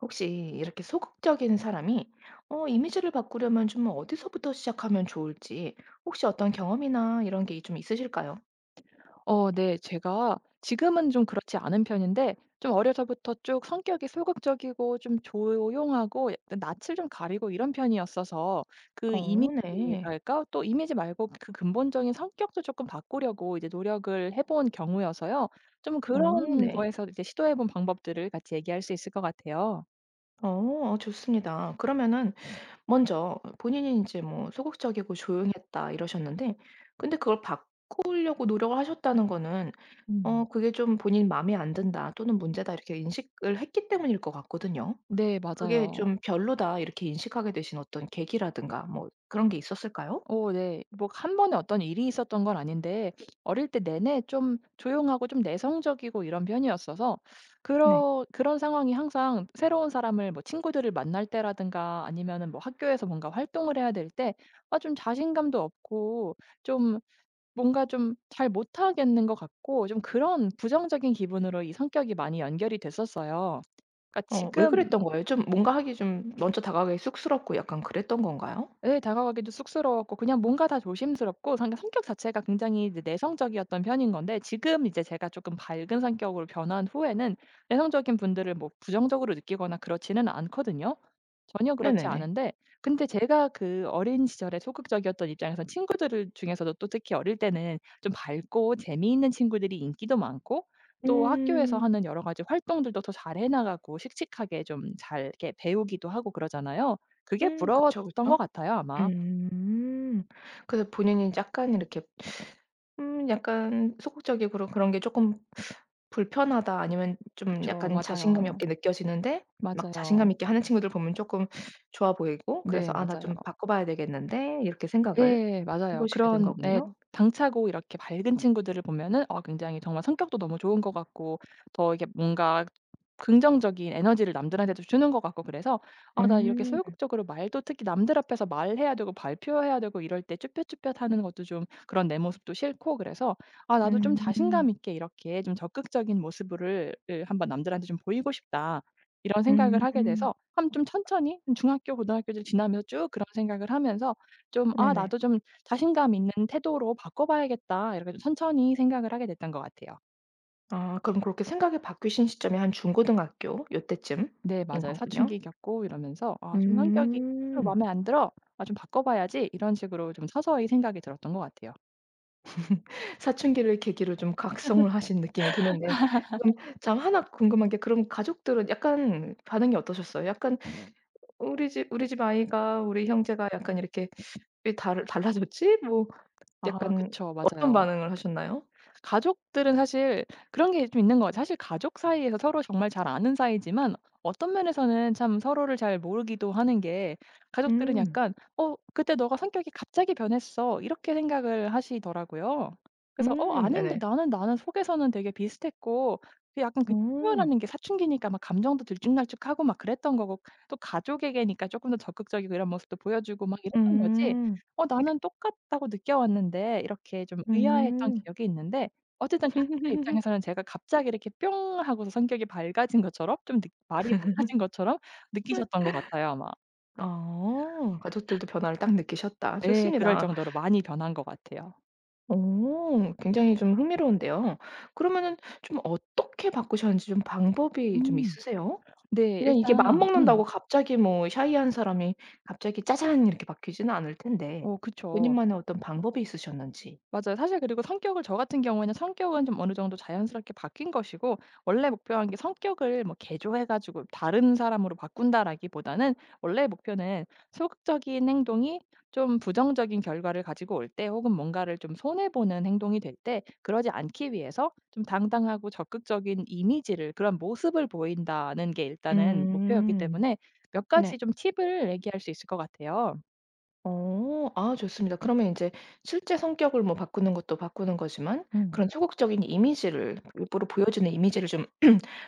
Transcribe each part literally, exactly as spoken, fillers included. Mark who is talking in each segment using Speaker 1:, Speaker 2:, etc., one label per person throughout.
Speaker 1: 혹시 이렇게 소극적인 사람이 어 이미지를 바꾸려면 좀 어디서부터 시작하면 좋을지 혹시 어떤 경험이나 이런 게 좀 있으실까요?
Speaker 2: 어, 네. 제가 지금은 좀 그렇지 않은 편인데, 좀 어려서부터 쭉 성격이 소극적이고 좀 조용하고 약간 낯을 좀 가리고 이런 편이었어서 그
Speaker 1: 어 네.
Speaker 2: 이미지랄까? 또 이미지 말고 그 근본적인 성격도 조금 바꾸려고 이제 노력을 해본 경우여서요. 좀
Speaker 1: 어
Speaker 2: 그런
Speaker 1: 네.
Speaker 2: 거에서 이제 시도해 본 방법들을 같이 얘기할 수 있을 것 같아요.
Speaker 1: 어 좋습니다. 그러면은 먼저 본인이 이제 뭐 "소극적이고 조용했다." 이러셨는데 근데 그걸 바꾸려고 노력을 하셨다는 거는 어
Speaker 2: 음.
Speaker 1: 그게 좀 본인 '마음에 안 든다.' 또는 '문제다.' 이렇게 인식을 했기 때문일 것 같거든요.
Speaker 2: 네.
Speaker 1: 그게
Speaker 2: 맞아요.
Speaker 1: 좀 '별로다.' 이렇게 인식하게 되신 어떤 계기라든가 뭐 그런 게 있었을까요?
Speaker 2: 오, 네. 뭐 한 번에 어떤 일이 있었던 건 아닌데, 어릴 때 내내 좀 조용하고 좀 내성적이고 이런 편이었어서,
Speaker 1: 네.
Speaker 2: 그러 그런 상황이 항상 새로운 사람을, 뭐 친구들을 만날 때라든가 아니면은 뭐 학교에서 뭔가 활동을 해야 될 때, 아 좀 자신감도 없고 좀 뭔가 좀 잘 못하겠는 것 같고, 좀 그런 부정적인 기분으로 이 성격이 많이 연결이 됐었어요. 그러니까
Speaker 1: 어 왜
Speaker 2: 지금.
Speaker 1: 그랬던 거예요? 좀 뭔가 하기 좀 먼저 다가가기 쑥스럽고 약간 그랬던 건가요?
Speaker 2: 예. 다가가기도 쑥스러웠고, 그냥 뭔가 다 조심스럽고, 상 성격 자체가 굉장히 이제 내성적이었던 편인 건데, 지금 이제 제가 조금 밝은 성격으로 변한 후에는 내성적인 분들을 뭐 부정적으로 느끼거나 그렇지는 않거든요. 전혀 그렇지
Speaker 1: 네네네.
Speaker 2: 않은데, 근데 제가 그 어린 시절에 소극적이었던 입장에서 친구들을 중에서도, 또 특히 어릴 때는 좀 밝고 재미있는 친구들이 인기도 많고, 또 학교에서
Speaker 1: 음.
Speaker 2: 하는 여러 가지 활동들도 더 잘해 나가고 씩씩하게 좀 잘 이렇게 배우기도 하고 그러잖아요. 그게
Speaker 1: 음 그쵸,
Speaker 2: 부러웠던 것
Speaker 1: 그쵸.
Speaker 2: 같아요, 아마.
Speaker 1: 음. 그래서 본인이 약간 이렇게 음 약간 소극적이고 그런 그런 게 조금 불편하다 아니면 좀
Speaker 2: 그쵸.
Speaker 1: 약간 자신감이
Speaker 2: 맞아요.
Speaker 1: 없게 느껴지는데 막 자신감
Speaker 2: 맞아요.
Speaker 1: 있게 하는 친구들 보면 조금 좋아 보이고 그래서
Speaker 2: 네,
Speaker 1: '아 나
Speaker 2: 맞아요.
Speaker 1: 좀 바꿔 봐야 되겠는데.' 이렇게 생각을
Speaker 2: 네,
Speaker 1: 해
Speaker 2: 맞아요.
Speaker 1: 보시게 된
Speaker 2: 그런, 네,
Speaker 1: 거군요.
Speaker 2: 당차고 이렇게 밝은 친구들을 보면은 어 굉장히 정말 성격도 너무 좋은 것 같고, 더 이게 뭔가 긍정적인 에너지를 남들한테도 주는 것 같고, 그래서 '아 나 이렇게
Speaker 1: 음.
Speaker 2: 소극적으로 말도 특히 남들 앞에서 말해야 되고 발표해야 되고 이럴 때 쭈뼛쭈뼛하는 것도, 좀 그런 내 모습도 싫고, 그래서 아 나도 좀 자신감
Speaker 1: 음.
Speaker 2: 있게 이렇게 좀 적극적인 모습을 을 한번 남들한테 좀 보이고 싶다.' 이런
Speaker 1: 음.
Speaker 2: 생각을 하게
Speaker 1: 음.
Speaker 2: 돼서 한 좀 천천히 중학교 고등학교를 지나면서 쭉 그런 생각을 하면서 좀 '아
Speaker 1: 네네.
Speaker 2: 나도 좀 자신감 있는 태도로 바꿔 봐야겠다.' 이렇게 좀 천천히 생각을 하게 됐던 것 같아요.
Speaker 1: 아 그럼 그렇게 생각이 바뀌신 시점이 한 중고등학교 요때쯤인
Speaker 2: 네, 맞아요.
Speaker 1: 거군요.
Speaker 2: 사춘기 겪고 이러면서 '아 좀 성격이 스스로
Speaker 1: 음.
Speaker 2: 마음에 안 들어. 아 좀 바꿔 봐야지.' 이런 식으로 좀 서서히 생각이 들었던 것 같아요.
Speaker 1: 사춘기를 계기로 좀 각성을 하신 느낌이 드는데 그럼 참 하나 궁금한 게 그럼 가족들은 약간 반응이 어떠셨어요? 약간 "우리 집 우리 집 아이가 우리 형제가 약간 이렇게 왜 달 달라졌지?" 뭐
Speaker 2: 아
Speaker 1: 약간
Speaker 2: 그쵸.
Speaker 1: 어떤
Speaker 2: 맞아요.
Speaker 1: 반응을 하셨나요?
Speaker 2: 가족들은 사실 그런 게 좀 있는 것 같아요. 사실 가족 사이에서 서로 정말 잘 아는 사이지만 어떤 면에서는 참 서로를 잘 모르기도 하는 게, 가족들은
Speaker 1: 음.
Speaker 2: 약간 "어 그때 너가 성격이 갑자기 변했어." 이렇게 생각을 하시더라고요. 그래서 "어
Speaker 1: 음
Speaker 2: 아닌데
Speaker 1: 네네.
Speaker 2: 나는 나는 속에서는 되게 비슷했고." 그 약간 그냥
Speaker 1: 어.
Speaker 2: 표현하는 게 사춘기니까 막 감정도 들쭉날쭉하고 막 그랬던 거고, 또 가족에게니까 조금 더 적극적이고 이런 모습도 보여주고 막 이랬던 거지,
Speaker 1: 음.
Speaker 2: "어 나는 똑같다고 느껴왔는데." 이렇게 좀 의아했던
Speaker 1: 음. 음.
Speaker 2: 기억이 있는데, 어쨌든 가족들의 입장에서는 제가 갑자기 이렇게 뿅 하고서 성격이 밝아진 것처럼, 좀 느 말이 많아진 것처럼 느끼셨던 것 같아요, 아마.
Speaker 1: 어. 가족들도 변화를 딱 느끼셨다.
Speaker 2: 예. 그럴
Speaker 1: 좋습니다.
Speaker 2: 정도로 많이 변한 것 같아요.
Speaker 1: 오 굉장히 좀 흥미로운데요. 그러면은 좀 어떻게 바꾸셨는지 좀 방법이 좀
Speaker 2: 음.
Speaker 1: 있으세요?
Speaker 2: 네.
Speaker 1: 그냥 이게 마음
Speaker 2: 일단
Speaker 1: 먹는다고
Speaker 2: 음.
Speaker 1: 갑자기 뭐 샤이한 사람이 갑자기 짜잔 이렇게 바뀌지는 않을 텐데
Speaker 2: 어 그쵸.
Speaker 1: 본인만의 어떤 방법이 있으셨는지.
Speaker 2: 맞아요. 사실 그리고 성격을, 저 같은 경우에는 성격은 좀 어느 정도 자연스럽게 바뀐 것이고, 원래 목표한 게 성격을 뭐 개조해 가지고 다른 사람으로 바꾼다라기보다는, 원래 목표는 소극적인 행동이 좀 부정적인 결과를 가지고 올 때 혹은 뭔가를 좀 손해 보는 행동이 될 때 그러지 않기 위해서 좀 당당하고 적극적인 이미지를, 그런 모습을 보인다는 게 일단은 목표였기
Speaker 1: 음.
Speaker 2: 때문에 몇
Speaker 1: 네.
Speaker 2: 가지 좀 팁을 얘기할 수 있을 것 같아요.
Speaker 1: 어. 아 좋습니다. 그러면 이제 실제 성격을 뭐 바꾸는 것도 바꾸는 거지만
Speaker 2: 음.
Speaker 1: 그런 소극적인 이미지를 일부러 보여주는 이미지를 좀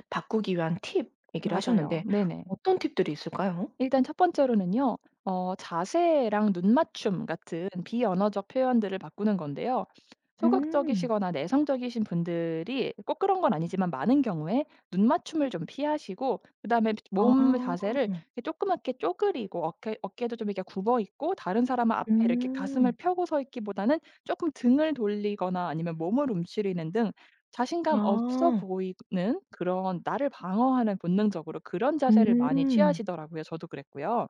Speaker 1: 바꾸기 위한 팁 얘기를
Speaker 2: 맞아요.
Speaker 1: 하셨는데
Speaker 2: 네네.
Speaker 1: 어떤 팁들이 있을까요?
Speaker 2: 일단 첫 번째로는요, 어 자세랑 눈 맞춤 같은 비언어적 표현들을 바꾸는 건데요.
Speaker 1: 음.
Speaker 2: 소극적이시거나 내성적이신 분들이 꼭 그런 건 아니지만 많은 경우에 눈 맞춤을 좀 피하시고, 그다음에
Speaker 1: 아.
Speaker 2: 몸 자세를 이렇게 조그맣게 쪼그리고, 어깨 어깨도 좀 이렇게 굽어 있고, 다른 사람 앞에 이렇게 가슴을
Speaker 1: 음.
Speaker 2: 펴고 서 있기보다는 조금 등을 돌리거나 아니면 몸을 움츠리는 등 자신감 없어
Speaker 1: 아.
Speaker 2: 보이는, 그런 나를 방어하는 본능적으로 그런 자세를 많이
Speaker 1: 음.
Speaker 2: 취하시더라고요. 저도 그랬고요.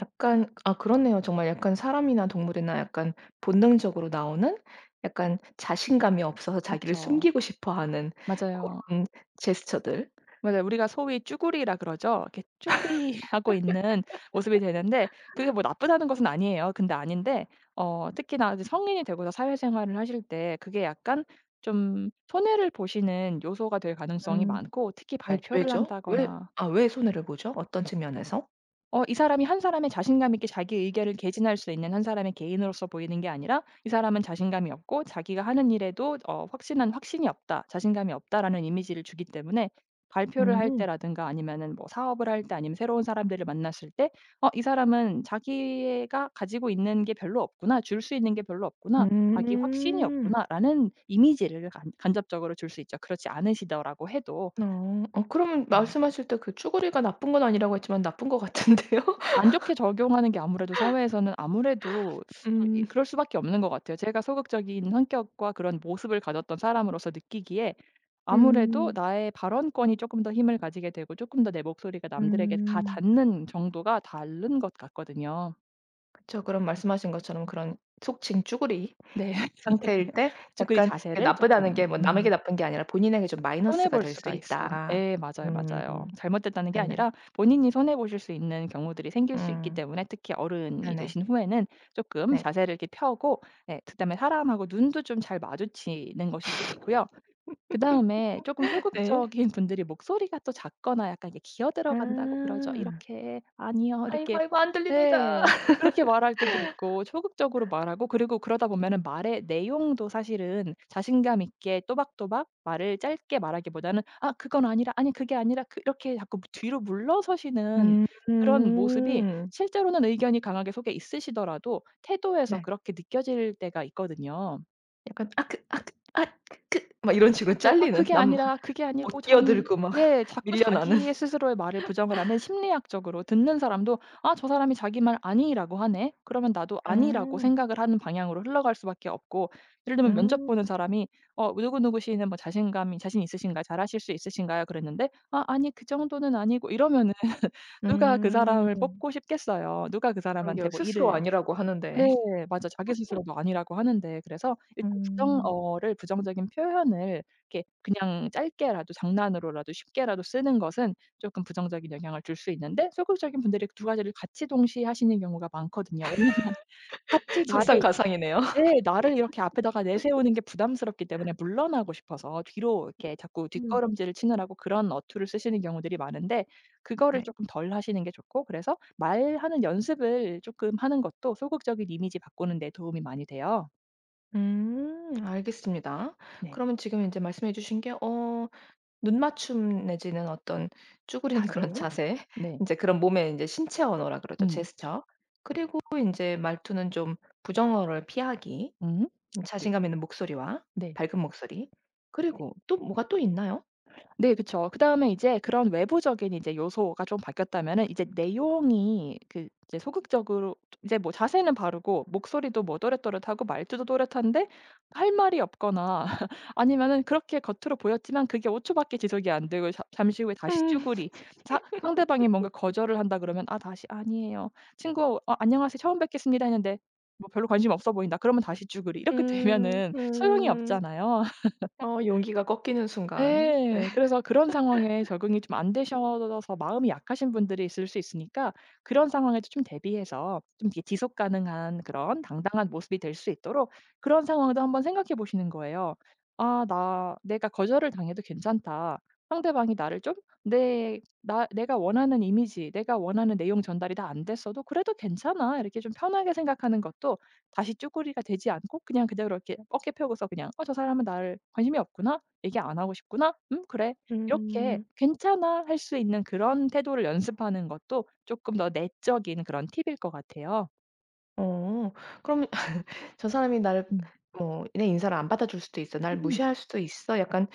Speaker 1: 약간 아 그렇네요. 정말 약간 사람이나 동물이나 약간 본능적으로 나오는 약간 자신감이 없어서 자기를
Speaker 2: 그쵸.
Speaker 1: 숨기고 싶어 하는
Speaker 2: 맞아요.
Speaker 1: 고런 제스처들.
Speaker 2: 맞아요. 우리가 소위 쭈구리라 그러죠. 이렇게 쭈구리하고 있는 모습이 되는데, 그게 뭐 나쁘다는 것은 아니에요. 근데 아닌데, 어 특히나 이제 성인이 되고서 사회생활을 하실 때 그게 약간 좀 손해를 보시는 요소가 될 가능성이
Speaker 1: 음.
Speaker 2: 많고, 특히
Speaker 1: 왜
Speaker 2: 발표를
Speaker 1: 왜죠? 왜
Speaker 2: 한다거나,
Speaker 1: 아 왜 손해를 보죠? 어떤 측면에서?
Speaker 2: 어 이 사람이 한 사람의 자신감 있게 자기 의견을 개진할 수 있는 한 사람의 개인으로서 보이는 게 아니라 이 사람은 자신감이 없고 자기가 하는 일에도 어 확신한 확신이 없다, 자신감이 없다라는 이미지를 주기 때문에, 발표를 할
Speaker 1: 음.
Speaker 2: 때라든가 아니면은 뭐 사업을 할 때 아니면 새로운 사람들을 만났을 때 '어 이 사람은 자기가 가지고 있는 게 별로 없구나. 줄 수 있는 게 별로 없구나. 자기 확신이
Speaker 1: 음.
Speaker 2: 없구나.'라는 이미지를 간접적으로 줄 수 있죠. 그렇지 않으시더라고 해도.
Speaker 1: 어. 어 그러면
Speaker 2: 예.
Speaker 1: 말씀하실 때 그 쭈구리가 나쁜 건 아니라고 했지만 나쁜 것 같은데요?
Speaker 2: 안 좋게 적용하는 게 아무래도 사회에서는, 아무래도 좀 이
Speaker 1: 음.
Speaker 2: 그럴 수밖에 없는 것 같아요. 제가 소극적인 성격과 그런 모습을 가졌던 사람으로서 느끼기에, 아무래도
Speaker 1: 음.
Speaker 2: 나의 발언권이 쪼끔 더 힘을 가지게 되고, 쪼끔 더 내 목소리가 남들에게 가
Speaker 1: 음.
Speaker 2: 닿는 정도가 다른 것 같거든요.
Speaker 1: 그쵸. 그럼 말씀하신 것처럼 그런 속칭 쭈구리
Speaker 2: 네.
Speaker 1: 상태일 때
Speaker 2: 그래
Speaker 1: 약간 그
Speaker 2: 자세를
Speaker 1: 나쁘다는
Speaker 2: 쪼끔,
Speaker 1: 게 뭐 남에게
Speaker 2: 음.
Speaker 1: 나쁜 게 아니라 본인에게 좀
Speaker 2: 손해
Speaker 1: 마이너스가
Speaker 2: 볼
Speaker 1: 될 수
Speaker 2: 수가 있어요,
Speaker 1: 있다.
Speaker 2: 예, 맞아요,
Speaker 1: 음.
Speaker 2: 맞아요. 잘못됐다는 게
Speaker 1: 네네.
Speaker 2: 아니라 본인이 손해 보실 수 있는 경우들이 생길 수 있기
Speaker 1: 음.
Speaker 2: 때문에, 특히 어른이
Speaker 1: 네네.
Speaker 2: 되신 후에는 조금
Speaker 1: 네.
Speaker 2: 자세를 이렇게 펴고, 예, 그다음에 사람하고 눈도 좀 잘 마주치는 것이 또 좋고요. 그다음에 쪼끔
Speaker 1: 네.
Speaker 2: 소극적인 분들이 목소리가 또 작거나, 약간 이게 기어 들어간다고
Speaker 1: 아.
Speaker 2: 그러죠. 이렇게 "아니요."
Speaker 1: "아이고,
Speaker 2: 이렇게,
Speaker 1: 아이고 안 들립니다."
Speaker 2: 네, 그렇게 말할 때도 있고 소극적으로 말하고, 그리고 그러다 보면은 말의 내용도 사실은 자신감 있게 또박또박 말을 짧게 말하기보다는 "아 그건 아니라." "아니 그게 아니라." 그 이렇게 자꾸 뒤로 물러서시는,
Speaker 1: 음.
Speaker 2: 그런 모습이 실제로는 의견이 강하게 속에 있으시더라도 태도에서
Speaker 1: 네.
Speaker 2: 그렇게 느껴질 때가 있거든요.
Speaker 1: 약간 "아 그, 아 그, 아 그." 막 이런 식으로
Speaker 2: 그쵸. "아
Speaker 1: 잘리는
Speaker 2: 그게
Speaker 1: 남
Speaker 2: 아니라 그게 아니고
Speaker 1: 못
Speaker 2: 저는",
Speaker 1: 끼어들고 막
Speaker 2: 네, 자꾸
Speaker 1: 밀려나는.
Speaker 2: 자기 스스로의 말을 부정을 하면 심리학적으로 듣는 사람도 '아 저 사람이 자기 말 아니라고 하네.' 그러면 나도 아니라고
Speaker 1: 음.
Speaker 2: 생각을 하는 방향으로 흘러갈 수밖에 없고, 예를 들면 면접
Speaker 1: 음.
Speaker 2: 보는 사람이 "어 누구누구 씨는 뭐 자신감이, 자신 있으신가요? 잘하실 수 있으신가요?" 그랬는데 "아 아니 그 정도는 아니고." 이러면은 누가 그
Speaker 1: 음.
Speaker 2: 사람을 뽑고 싶겠어요. 누가 그 사람한테
Speaker 1: 그러게요.
Speaker 2: 뭐
Speaker 1: 스스로
Speaker 2: 일을.
Speaker 1: 아니라고
Speaker 2: 네.
Speaker 1: 하는데.
Speaker 2: 맞아, 자기 스스로도 아니라고 하는데, 그래서 일단
Speaker 1: 음.
Speaker 2: 부정어를, 부정적인 표현을 이렇게 그냥 짧게라도 장난으로라도 쉽게라도 쓰는 것은 쪼끔 부정적인 영향을 줄 수 있는데, 소극적인 분들이 그 두 가지를 같이 동시에 하시는 경우가 많거든요. 왜냐면 같이 나를,
Speaker 1: 설상가상이네요.
Speaker 2: 네. 나를 이렇게 앞에다가 내세우는 게 부담스럽기 때문에 물러나고 싶어서 뒤로 이렇게 자꾸
Speaker 1: 음.
Speaker 2: 뒷걸음질을 치느라고 그런 어투를 쓰시는 경우들이 많은데, 그거를
Speaker 1: 네.
Speaker 2: 쪼끔 덜 하시는 게 좋고, 그래서 말하는 연습을 쪼끔 하는 것도 소극적인 이미지 바꾸는 데 도움이 많이 돼요.
Speaker 1: 음. 알겠습니다.
Speaker 2: 네.
Speaker 1: 그러면 지금 이제 말씀해 주신 게 어 눈 맞춤 내지는 어떤 쭈그린 그런
Speaker 2: 자세.
Speaker 1: 자세
Speaker 2: 네.
Speaker 1: 이제 그런 몸의 이제 신체 언어라 그러죠.
Speaker 2: 음.
Speaker 1: 제스처. 그리고 이제 말투는 좀 부정어를 피하기,
Speaker 2: 음.
Speaker 1: 음
Speaker 2: 그리고,
Speaker 1: 자신감 있는 목소리와
Speaker 2: 네.
Speaker 1: 밝은 목소리
Speaker 2: 네.
Speaker 1: 그리고 또 뭐가 또 있나요?
Speaker 2: 네, 그쵸. 그다음에 이제 그런 외부적인 이제 요소가 좀 바뀌었다면은, 이제 내용이 그 이제 소극적으로, 이제 뭐 자세는 바르고 목소리도 뭐 또렷또렷하고 말투도 또렷한데 할 말이 없거나 아니면은 그렇게 겉으로 보였지만 그게 오 초 초밖에 지속이 안 되고 잠 잠시 후에 다시 쭈구리, 사 상대방이 뭔가 거절을 한다 그러면 "아 다시 '아니에요.' 친구 어 '안녕하세요. 처음 뵙겠습니다.' 했는데 뭐 별로 관심 없어 보인다." 그러면 다시 쭈구리. 이렇게
Speaker 1: 음.
Speaker 2: 되면은 소용이
Speaker 1: 음.
Speaker 2: 없잖아요.
Speaker 1: 어 용기가 꺾이는 순간. 네.
Speaker 2: 예. 그래서 그런 상황에 적응이 좀 안 되셔서 마음이 약하신 분들이 있을 수 있으니까, 그런 상황에도 좀 대비해서, 좀 이게 지속 가능한 그런 당당한 모습이 될 수 있도록 그런 상황도 한번 생각해 보시는 거예요. '아 나 내가 거절을 당해도 괜찮다. 상대방이 나를 좀, 내 나 내가 원하는 이미지, 내가 원하는 내용 전달이 다 안 됐어도 그래도 괜찮아.' 이렇게 좀 편하게 생각하는 것도, 다시 쭈구리가 되지 않고 그냥 그대로 이렇게 어깨 펴고서 그냥 '어 저 사람은 나를 관심이 없구나.' '얘기 안 하고 싶구나? 음, 그래.' 이렇게
Speaker 1: 음.
Speaker 2: '괜찮아.' 할 수 있는, 그런 태도를 연습하는 것도 조금 더 내적인 그런 팁일 것 같아요.
Speaker 1: 어. 그럼 저 사람이 나를
Speaker 2: 음.
Speaker 1: 뭐 내 인사를 안 받아줄 수도 있어. 날
Speaker 2: 음.
Speaker 1: 무시할 수도 있어. 약간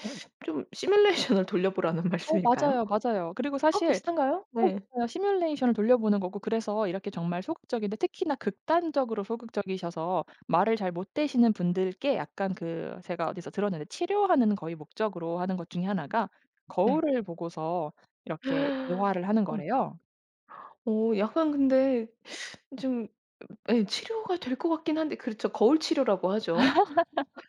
Speaker 1: 좀 시뮬레이션을 돌려보라는
Speaker 2: 어
Speaker 1: 말씀일까요?
Speaker 2: 맞아요, 맞아요. 그리고
Speaker 1: 아
Speaker 2: 사실,
Speaker 1: 비슷한가요?
Speaker 2: 어
Speaker 1: 네.
Speaker 2: 맞아요. 시뮬레이션을 돌려보는 거고, 그래서 이렇게 정말 소극적인데, 특히나 극단적으로 소극적이셔서 말을 잘 못 되시는 분들께 약간 그 제가 어디서 들었는데, 치료하는 거의 목적으로 하는 것 중에 하나가
Speaker 1: 네.
Speaker 2: 거울을 보고서 이렇게 대화를 하는 거래요.
Speaker 1: 어 약간 근데 좀 예 치료가 될 것 같긴 한데 그렇죠. 거울 치료라고 하죠.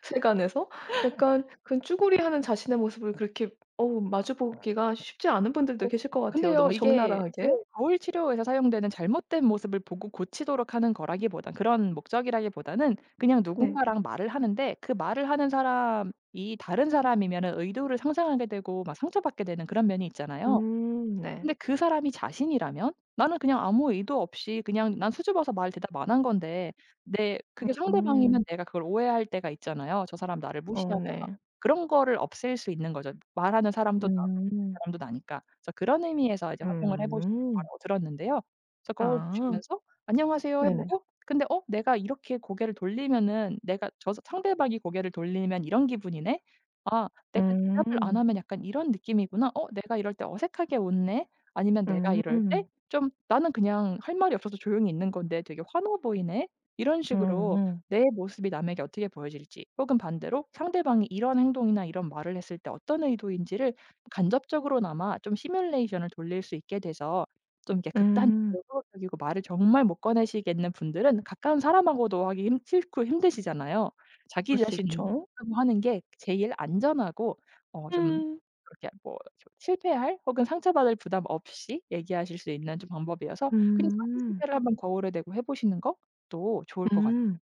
Speaker 1: 세간에서 약간 그 쭈구리하는 자신의 모습을 그렇게 어우 마주 보기가 쉽지 않은 분들도
Speaker 2: 어
Speaker 1: 계실 것 같아요,
Speaker 2: 근데요,
Speaker 1: 너무
Speaker 2: 이게 예
Speaker 1: 적나라하게.
Speaker 2: 거울 치료에서 사용되는 잘못된 모습을 보고 고치도록 하는 거라기보단, 그런 목적이라기보다는 그냥
Speaker 1: 네.
Speaker 2: 누군가랑 말을 하는데 그 말을 하는 사람이 다른 사람이면은 의도를 상상하게 되고 막 상처받게 되는 그런 면이 있잖아요.
Speaker 1: 음 네.
Speaker 2: 근데 그 사람이 자신이라면 나는 그냥 아무 의도 없이 그냥 난 수줍어서 말 대답 안 한 건데 내 그게 상대방이면
Speaker 1: 음.
Speaker 2: 내가 그걸 오해할 때가 있잖아요. 저 사람 나를
Speaker 1: 어
Speaker 2: 무시하나 봐.
Speaker 1: 네.
Speaker 2: 그런 거를 없앨 수 있는 거죠. 말하는 사람도 나고 듣는
Speaker 1: 음.
Speaker 2: 사람도 나니까. 그래서 그런 의미에서 이제 활용을 해 보시는
Speaker 1: 음.
Speaker 2: 거라고 들었는데요. 그래서 거울
Speaker 1: 아.
Speaker 2: 보시면서 "안녕하세요." 해
Speaker 1: 네네.
Speaker 2: 보고, 근데 '어 내가 이렇게 고개를 돌리면은, 내가 저 상대방이 고개를 돌리면 이런 기분이네. 아 내가 대답을 안
Speaker 1: 음.
Speaker 2: 하면 약간 이런 느낌이구나. 어 내가 이럴 때 어색하게 웃네.' 아니면 내가 이럴 때
Speaker 1: 음.
Speaker 2: 좀 '나는 그냥 할 말이 없어서 조용히 있는 건데 되게 환호 보이네.' 이런 식으로
Speaker 1: 음.
Speaker 2: 내 모습이 남에게 어떻게 보여질지, 혹은 반대로 상대방이 이런 행동이나 이런 말을 했을 때 어떤 의도인지를 간접적으로나마 좀 시뮬레이션을 돌릴 수 있게 돼서, 좀 이렇게
Speaker 1: 음.
Speaker 2: 극단적이고 소극적이고 말을 정말 못 꺼내시겠는 분들은 가까운 사람하고도 하기 힘 싫고 힘드시잖아요. 자기
Speaker 1: 그럴 수
Speaker 2: 자신하고
Speaker 1: 있죠.
Speaker 2: 하는 게 제일 안전하고, 어좀
Speaker 1: 음.
Speaker 2: 그렇게 뭐 실패할 혹은 상처받을 부담 없이 얘기하실 수 있는 좀 방법이어서 그냥 자기
Speaker 1: 음.
Speaker 2: 소개를 한번 거울에 대고 해 보시는 것도 좋을 것 같아요.
Speaker 1: 음.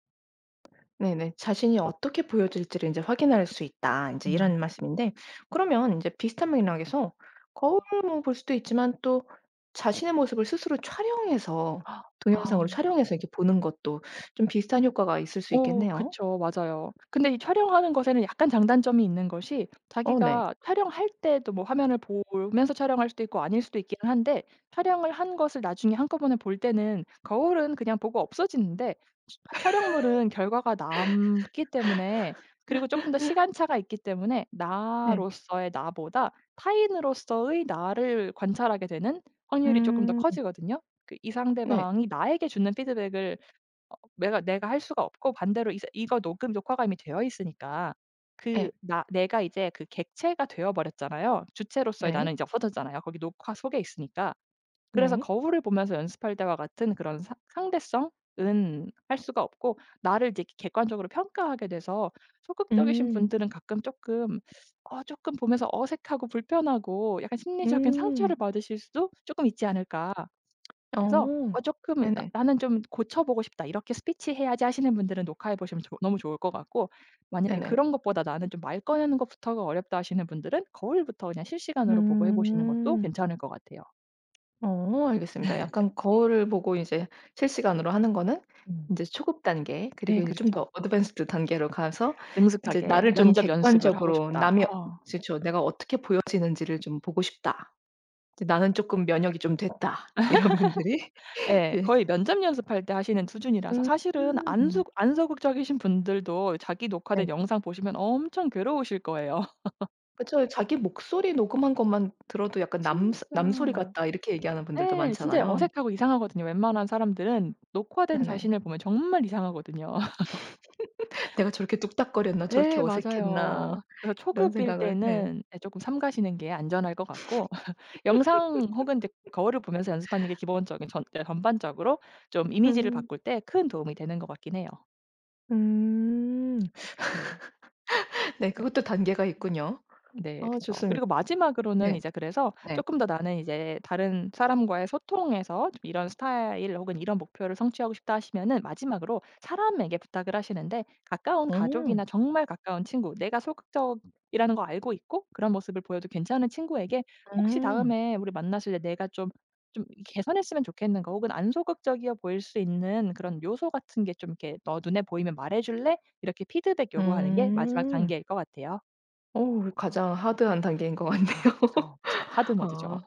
Speaker 1: 네네. 자신이 어떻게 보여질지를 이제 확인할 수 있다 인제
Speaker 2: 음.
Speaker 1: 이런 말씀인데 그러면 인제 비슷한 맥락에서 거울을 뭐 볼 수도 있지만 또 자신의 모습을 스스로 촬영해서 동영상으로
Speaker 2: 아.
Speaker 1: 촬영해서 이렇게 보는 것도 좀 비슷한 효과가 있을 수
Speaker 2: 어
Speaker 1: 있겠네요.
Speaker 2: 그쵸. 맞아요. 근데 이 촬영하는 것에는 약간 장단점이 있는 것이,
Speaker 1: 어 네.
Speaker 2: 자기가 촬영할 때도 뭐 화면을 보면서 촬영할 수도 있고 아닐 수도 있긴 한데, 촬영을 한 것을 나중에 한꺼번에 볼 때는 거울은 그냥 보고 없어지는데 촬 촬영물은 결과가 남기 때문에, 그리고 쪼끔 더 시간차가 있기 때문에
Speaker 1: 네.
Speaker 2: 나로서의 나보다 타인으로서의 나를 관찰하게 되는 확률이 쪼끔 더
Speaker 1: 음.
Speaker 2: 커지거든요. 그 이
Speaker 1: 네.
Speaker 2: 상대방이 나에게 주는 피드백을 어 내가 내가 할 수가 없고, 반대로 이제 이거 녹음 녹화가 이미 되어 있으니까 그
Speaker 1: 예.
Speaker 2: 나 내가 이제 그 객체가 되어 버렸잖아요. 주체로서의
Speaker 1: 네.
Speaker 2: 나는 이제 없어졌잖아요. 거기 녹화 속에 있으니까. 그래서
Speaker 1: 네.
Speaker 2: 거울을 보면서 연습할 때와 같은 그런 상 상대성은 할 수가 없고 나를 이제 객관적으로 평가하게 돼서, 소극적이신
Speaker 1: 음.
Speaker 2: 분들은 가끔 쪼끔 어 쪼끔 보면서 어색하고 불편하고 약간 심리적인 상처를
Speaker 1: 음.
Speaker 2: 받으실 수도 쪼끔 있지 않을까. 그래서
Speaker 1: 어.
Speaker 2: 어금나
Speaker 1: 네네.
Speaker 2: '나는 좀 고쳐 보고 싶다. 이렇게 스피치 해야지.' 하시는 분들은 녹화해 보시면 좋 너무 좋을 것 같고, 만약에
Speaker 1: 네네.
Speaker 2: 그런 것보다 '나는 좀 말 꺼내는 것부터가 어렵다.' 하시는 분들은 거울부터 그냥 실시간으로 보고 해 보시는 것도
Speaker 1: 음.
Speaker 2: 괜찮을 것 같아요.
Speaker 1: 어 알겠습니다. 약간 거울을 보고 이제 실시간으로 하는 거는
Speaker 2: 음.
Speaker 1: 이제 초급 단계
Speaker 2: 네,
Speaker 1: 그리고 이제 좀
Speaker 2: 그렇죠.
Speaker 1: 더 어드밴스드 단계로 가서 이제
Speaker 2: 능숙하게
Speaker 1: 나를 좀
Speaker 2: 면접 연습을 하고
Speaker 1: 객관적으로
Speaker 2: 싶다.
Speaker 1: 남이
Speaker 2: 어.
Speaker 1: 그죠 '내가 어떻게 보여지는지를 좀 보고 싶다. 이제 나는 조금 면역이 좀 됐다.' 이런 분들이
Speaker 2: 예.
Speaker 1: 예.
Speaker 2: 거의 면접 연습할 때 하시는 수준이라서,
Speaker 1: 음.
Speaker 2: 사실은 안 소 안 소극적이신 분들도 자기
Speaker 1: 네.
Speaker 2: 녹화된 영상 보시면 엄청 괴로우실 거예요.
Speaker 1: 그죠 자기 목소리 녹음한 것만 들어도 약간 남 '남 소리
Speaker 2: 진짜.
Speaker 1: 같다.' 이렇게 얘기하는 분들도
Speaker 2: 예. 진짜
Speaker 1: 많잖아요.
Speaker 2: 어색하고 이상하거든요. 웬만한 사람들은 녹화된
Speaker 1: 네네.
Speaker 2: 자신을 보면 정말 이상하거든요.
Speaker 1: '내가 저렇게 뚝딱거렸나? 저렇게
Speaker 2: 예,
Speaker 1: 어색했나?'
Speaker 2: 맞아요. 그래서
Speaker 1: 이런
Speaker 2: 초급일
Speaker 1: 생각을 네.
Speaker 2: 때는 예 쪼끔 삼 가시는 게 안전할 것 같고, 영상 혹은 이제 거울을 보면서 연습하는 게 기본적인 전 그러니까 전반적으로 좀 이미지를
Speaker 1: 음.
Speaker 2: 바꿀 때 큰 도움이 되는 것 같긴 해요.
Speaker 1: 음.
Speaker 2: 네.
Speaker 1: 네 그것도 단계가 있군요.
Speaker 2: 네,
Speaker 1: 아
Speaker 2: 그쵸.
Speaker 1: 좋습니다.
Speaker 2: 그리고 마지막으로는
Speaker 1: 네.
Speaker 2: 이제 그래서,
Speaker 1: 네.
Speaker 2: 조금 더 나는 이제 다른 사람과의 소통에서 좀 이런 스타일 혹은 이런 목표를 성취하고 싶다 하시면은, 마지막으로 사람에게 부탁을 하시는데, 가까운 가족이나
Speaker 1: 음.
Speaker 2: 정말 가까운 친구, 내가 소극적이라는 거 알고 있고 그런 모습을 보여도 괜찮은 친구에게 "혹시
Speaker 1: 음.
Speaker 2: 다음에 우리 만났을 때 내가 좀 좀 개선했으면 좋겠는 거 혹은 안 소극적이어 보일 수 있는 그런 요소 같은 게 좀 이렇게 너 눈에 보이면 말해 줄래?" 이렇게 피드백 요구하는 게 마지막
Speaker 1: 음.
Speaker 2: 단계일 것 같아요.
Speaker 1: 오, 가장 하드한 단계인 것 같네요.
Speaker 2: 아 그쵸, 그쵸. 하드 모드죠.
Speaker 1: 아.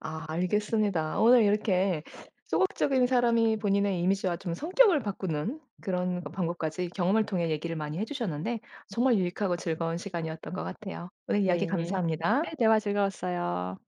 Speaker 1: 아 알겠습니다. 오늘 이렇게 소극적인 사람이 본인의 이미지와 좀 성격을 바꾸는 그런 방법까지 경험을 통해 얘기를 많이 해 주셨는데 정말 유익하고 즐거운 시간이었던 것 같아요. 오늘 이야기
Speaker 2: 네. 네,
Speaker 1: 감사합니다.
Speaker 2: 대화 즐거웠어요.